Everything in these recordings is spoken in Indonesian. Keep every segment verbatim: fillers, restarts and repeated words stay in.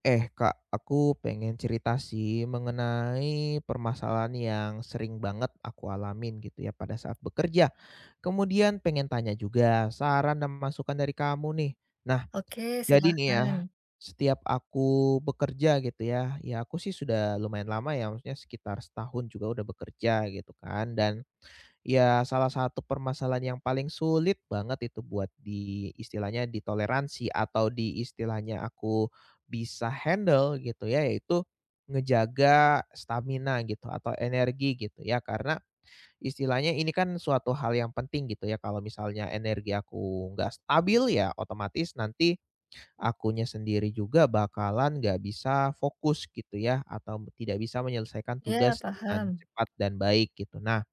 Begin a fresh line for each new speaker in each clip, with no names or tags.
Eh Kak, aku pengen cerita sih mengenai permasalahan yang sering banget aku alamin gitu ya pada saat bekerja. Kemudian pengen tanya juga saran dan masukan dari kamu nih. Nah,
Oke,
jadi nih ya,
silahkan.
setiap aku bekerja gitu ya, ya aku sih sudah lumayan lama ya, maksudnya sekitar setahun juga udah bekerja gitu kan. Dan ya, salah satu permasalahan yang paling sulit banget itu buat di istilahnya ditoleransi atau di istilahnya aku bisa handle gitu ya, yaitu ngejaga stamina gitu atau energi gitu ya. Karena istilahnya ini kan suatu hal yang penting gitu ya, kalau misalnya energi aku nggak stabil ya otomatis nanti akunya sendiri juga bakalan nggak bisa fokus gitu ya, atau tidak bisa menyelesaikan
Ya
tugas dengan
paham.
cepat dan baik gitu. Nah,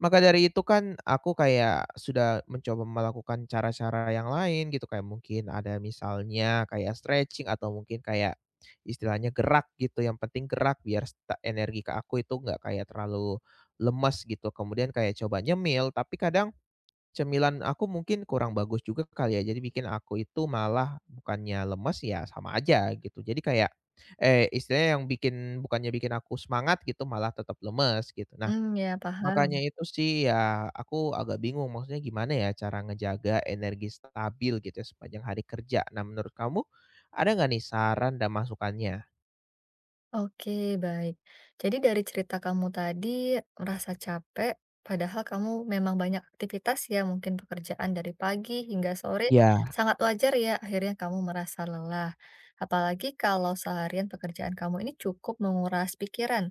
maka dari itu kan aku kayak sudah mencoba melakukan cara-cara yang lain gitu, kayak mungkin ada misalnya kayak stretching atau mungkin kayak istilahnya gerak gitu, yang penting gerak biar sta energi ke aku itu nggak kayak terlalu lemes gitu. Kemudian kayak coba nyemil, tapi kadang cemilan aku mungkin kurang bagus juga kali ya, jadi bikin aku itu malah bukannya lemes, ya sama aja gitu. Jadi kayak, eh istilahnya yang bikin bukannya bikin aku semangat gitu, malah tetap lemes gitu. Nah,
Hmm, ya,
makanya
paham.
itu sih ya aku agak bingung maksudnya gimana ya cara ngejaga energi stabil gitu ya sepanjang hari kerja. Nah menurut kamu ada nggak nih saran dan masukannya?
Oke, baik. Jadi dari cerita kamu tadi merasa capek, padahal kamu memang banyak aktivitas ya, mungkin pekerjaan dari pagi hingga sore,
Iya,
sangat wajar ya akhirnya kamu merasa lelah. Apalagi kalau seharian pekerjaan kamu ini cukup menguras pikiran.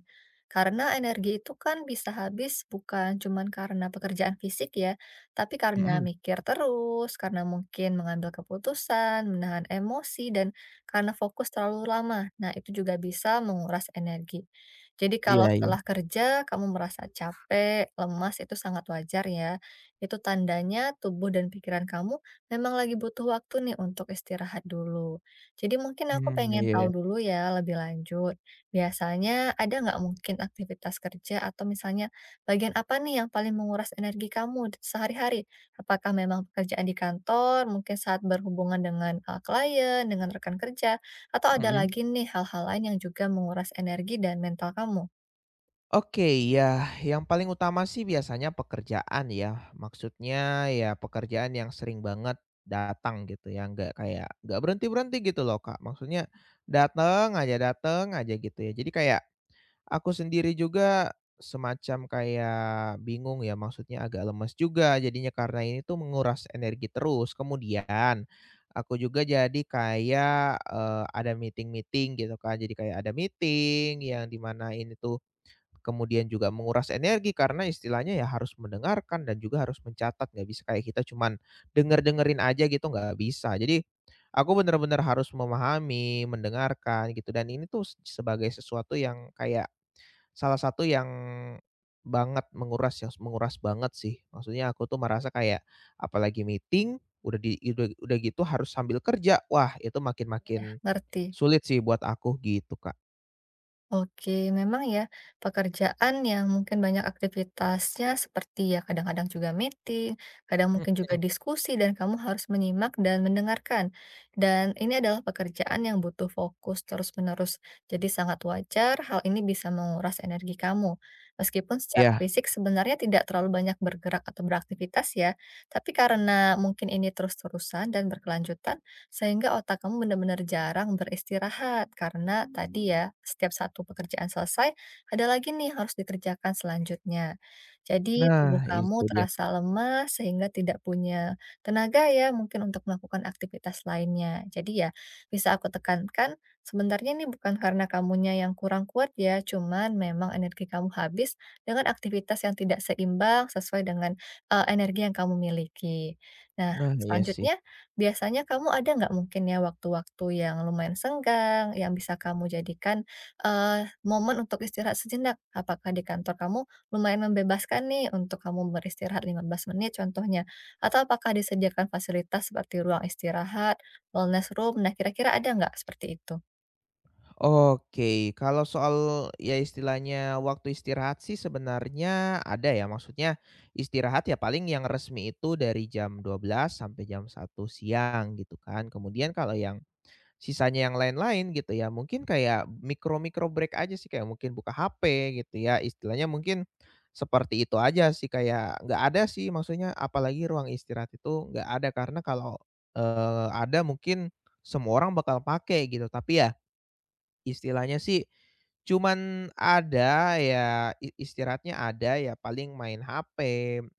Karena energi itu kan bisa habis bukan cuman karena pekerjaan fisik ya, tapi karena
mhm,
mikir terus, karena mungkin mengambil keputusan, menahan emosi, dan karena fokus terlalu lama. Nah, itu juga bisa menguras energi. Jadi kalau
iya iya,
setelah kerja kamu merasa capek, lemas itu sangat wajar ya. Itu tandanya tubuh dan pikiran kamu memang lagi butuh waktu nih untuk istirahat dulu. Jadi mungkin aku
mmm,
pengen tahu
iya,
dulu ya lebih lanjut. Biasanya ada nggak mungkin aktivitas kerja atau misalnya bagian apa nih yang paling menguras energi kamu sehari-hari? Apakah memang pekerjaan di kantor, mungkin saat berhubungan dengan, eee, klien, dengan rekan kerja, atau ada
mhm.
lagi nih hal-hal lain yang juga menguras energi dan mental kamu?
Oke, ya yang paling utama sih biasanya pekerjaan ya, maksudnya ya pekerjaan yang sering banget datang gitu ya, nggak kayak nggak berhenti-berhenti gitu loh Kak, maksudnya dateng aja dateng aja gitu ya jadi kayak aku sendiri juga semacam kayak bingung ya, maksudnya agak lemes juga jadinya karena ini tuh menguras energi terus. Kemudian aku juga jadi kayak, eee, ada meeting-meeting gitu kan, jadi kayak ada meeting yang dimana ini tuh kemudian juga menguras energi karena istilahnya ya harus mendengarkan dan juga harus mencatat, nggak bisa kayak kita cuman denger-dengerin aja gitu, nggak bisa. Jadi aku benar-benar harus memahami, mendengarkan gitu dan ini tuh sebagai sesuatu yang kayak salah satu yang banget menguras ya, menguras banget sih. Maksudnya aku tuh merasa kayak apalagi meeting udah di udah udah gitu harus sambil kerja. Wah, itu makin-makin
Ngerti.
sulit sih buat aku gitu, Kak.
Oke, memang ya, pekerjaan yang mungkin banyak aktivitasnya seperti ya kadang-kadang juga meeting, kadang mungkin juga
Mhm,
diskusi dan kamu harus menyimak dan mendengarkan. Dan ini adalah pekerjaan yang butuh fokus terus-menerus. Jadi sangat wajar hal ini bisa menguras energi kamu. Meskipun secara
iya.
fisik sebenarnya tidak terlalu banyak bergerak atau beraktivitas ya, tapi karena mungkin ini terus-terusan dan berkelanjutan, sehingga otak kamu benar-benar jarang beristirahat karena Hmm. tadi ya setiap satu pekerjaan selesai ada lagi nih harus dikerjakan selanjutnya. Jadi
Nah,
tubuh kamu
itu dia.
terasa lemah sehingga tidak punya tenaga ya mungkin untuk melakukan aktivitas lainnya. Jadi ya bisa aku tekankan sebenarnya ini bukan karena kamunya yang kurang kuat ya, cuman memang energi kamu habis dengan aktivitas yang tidak seimbang sesuai dengan eh, energi yang kamu miliki. Nah,
Nah, iya sih.
selanjutnya biasanya kamu ada nggak mungkin ya waktu-waktu yang lumayan senggang, yang bisa kamu jadikan, eee, momen untuk istirahat sejenak? Apakah di kantor kamu lumayan membebaskan nih untuk kamu beristirahat lima belas menit contohnya? Atau apakah disediakan fasilitas seperti ruang istirahat, wellness room, nah kira-kira ada nggak seperti itu?
Oke, kalau soal ya istilahnya waktu istirahat sih sebenarnya ada ya, maksudnya istirahat ya paling yang resmi itu dari jam dua belas sampai jam satu siang gitu kan. Kemudian kalau yang sisanya yang lain-lain gitu ya, mungkin kayak mikro-mikro break aja sih, kayak mungkin buka H P gitu ya, istilahnya mungkin seperti itu aja sih, kayak nggak ada sih maksudnya apalagi ruang istirahat itu nggak ada, karena kalau, eee, ada mungkin semua orang bakal pakai gitu, tapi ya istilahnya sih, cuman ada ya, i istirahatnya ada ya paling main H P,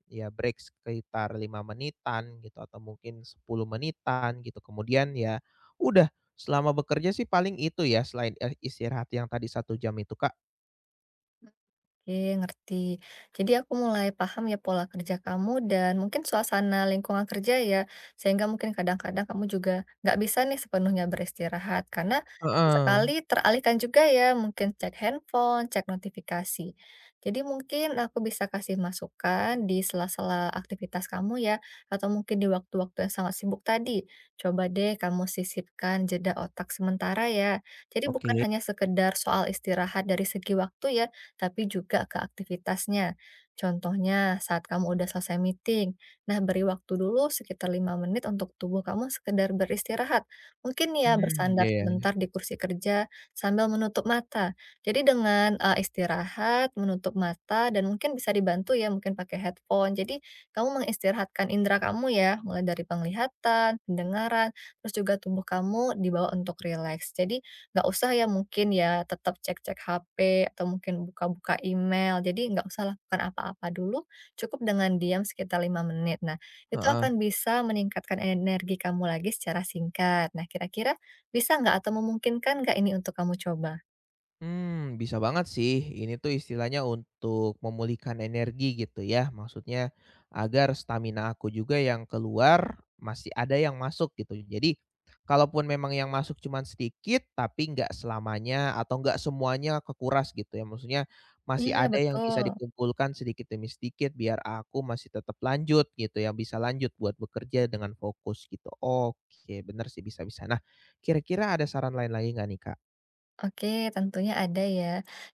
ya break sekitar lima menitan gitu atau mungkin sepuluh menitan gitu. Kemudian ya udah, selama bekerja sih paling itu ya selain, eee, istirahat yang tadi satu jam itu, Kak.
Oke, ngerti. Jadi aku mulai paham ya pola kerja kamu dan mungkin suasana lingkungan kerja ya, sehingga mungkin kadang-kadang kamu juga nggak bisa nih sepenuhnya beristirahat karena
Heeh.
sekali teralihkan juga ya, mungkin cek handphone, cek notifikasi. Jadi mungkin aku bisa kasih masukan di sela-sela aktivitas kamu ya, atau mungkin di waktu-waktu yang sangat sibuk tadi. Coba deh kamu sisipkan jeda otak sementara ya. Jadi bukan
Oke.
hanya sekedar soal istirahat dari segi waktu ya, tapi juga ke aktivitasnya. Contohnya, saat kamu udah selesai meeting, nah beri waktu dulu sekitar lima menit untuk tubuh kamu sekedar beristirahat. Mungkin ya
Mmm,
bersandar
iya ya.
sebentar di kursi kerja sambil menutup mata. Jadi dengan eh, istirahat, menutup mata, dan mungkin bisa dibantu ya mungkin pakai headphone. Jadi kamu mengistirahatkan indera kamu ya, mulai dari penglihatan, pendengaran, terus juga tubuh kamu dibawa untuk rileks. Jadi nggak usah ya mungkin ya, tetap cek-cek H P atau mungkin buka-buka email, jadi nggak usah lakukan apa-apa dulu, cukup dengan diam sekitar lima menit. Nah, itu
Heeh.
akan bisa meningkatkan energi kamu lagi secara singkat. Nah, kira-kira bisa nggak atau memungkinkan nggak ini untuk kamu coba?
Hmm, bisa banget sih. Ini tuh istilahnya untuk memulihkan energi gitu ya. Maksudnya agar stamina aku juga yang keluar, masih ada yang masuk gitu. Jadi kalaupun memang yang masuk cuman sedikit, tapi nggak selamanya atau nggak semuanya kekuras gitu ya. Maksudnya masih
Iya,
ada yang
betul.
bisa dikumpulkan sedikit demi sedikit biar aku masih tetap lanjut gitu ya, bisa lanjut buat bekerja dengan fokus gitu. Oke, bener sih, bisa bisa. Nah, kira-kira ada saran lain lagi nggak nih, Kak?
Oke, tentunya ada ya.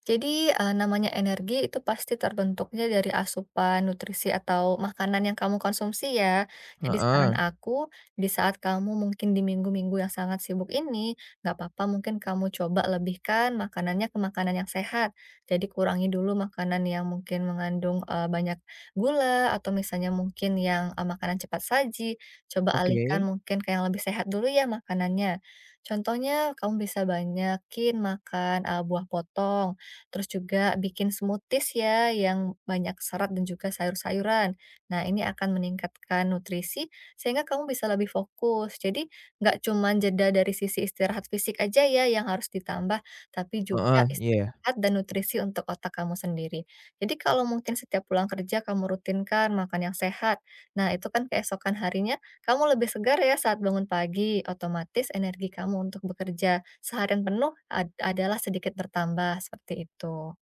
Jadi, eee, namanya energi itu pasti terbentuknya dari asupan nutrisi atau makanan yang kamu konsumsi ya. Jadi
Heeh.
saran aku, di saat kamu mungkin di minggu-minggu yang sangat sibuk ini, nggak apa-apa mungkin kamu coba lebihkan makanannya ke makanan yang sehat. Jadi kurangi dulu makanan yang mungkin mengandung, eee, banyak gula atau misalnya mungkin yang, eee, makanan cepat saji, coba
Oke,
alihkan mungkin ke yang lebih sehat dulu ya makanannya. Contohnya kamu bisa banyakin makan, eee, buah potong, terus juga bikin smoothies ya yang banyak serat dan juga sayur-sayuran. Nah ini akan meningkatkan nutrisi sehingga kamu bisa lebih fokus. Jadi nggak cuma jeda dari sisi istirahat fisik aja ya yang harus ditambah, tapi juga
heeh, iya.
istirahat dan nutrisi untuk otak kamu sendiri. Jadi kalau mungkin setiap pulang kerja kamu rutinkan makan yang sehat, nah itu kan keesokan harinya kamu lebih segar ya saat bangun pagi, otomatis energi kamu untuk bekerja seharian penuh ad adalah sedikit bertambah, seperti itu.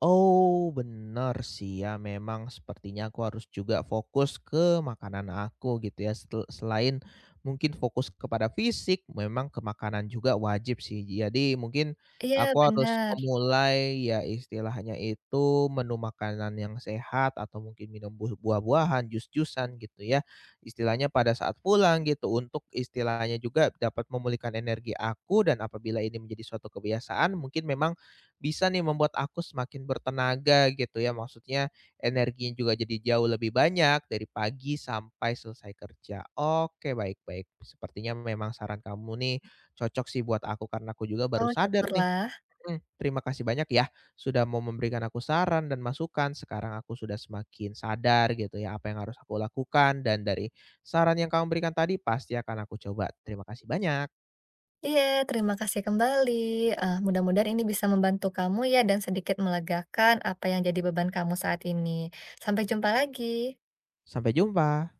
Oh, benar sih ya, memang sepertinya aku harus juga fokus ke makanan aku gitu ya, setel selain mungkin fokus kepada fisik, memang ke makanan juga wajib sih. Jadi mungkin
Iya,
aku harus
benar.
memulai ya istilahnya itu menu makanan yang sehat atau mungkin minum buh buah-buahan, jus-jusan gitu ya, istilahnya pada saat pulang gitu untuk istilahnya juga dapat memulihkan energi aku dan apabila ini menjadi suatu kebiasaan mungkin memang bisa nih membuat aku semakin bertenaga gitu ya, maksudnya energinya juga jadi jauh lebih banyak dari pagi sampai selesai kerja. Oke, baik baik, sepertinya memang saran kamu nih cocok sih buat aku karena aku juga baru
Oh,
sadar nih.
syukurlah.
Mhm, terima kasih banyak ya sudah mau memberikan aku saran dan masukan. Sekarang aku sudah semakin sadar gitu ya apa yang harus aku lakukan dan dari saran yang kamu berikan tadi pasti akan aku coba. Terima kasih banyak.
Iya, terima kasih kembali, eee, mudah-mudahan ini bisa membantu kamu ya dan sedikit melegakan apa yang jadi beban kamu saat ini. Sampai jumpa lagi.
Sampai jumpa.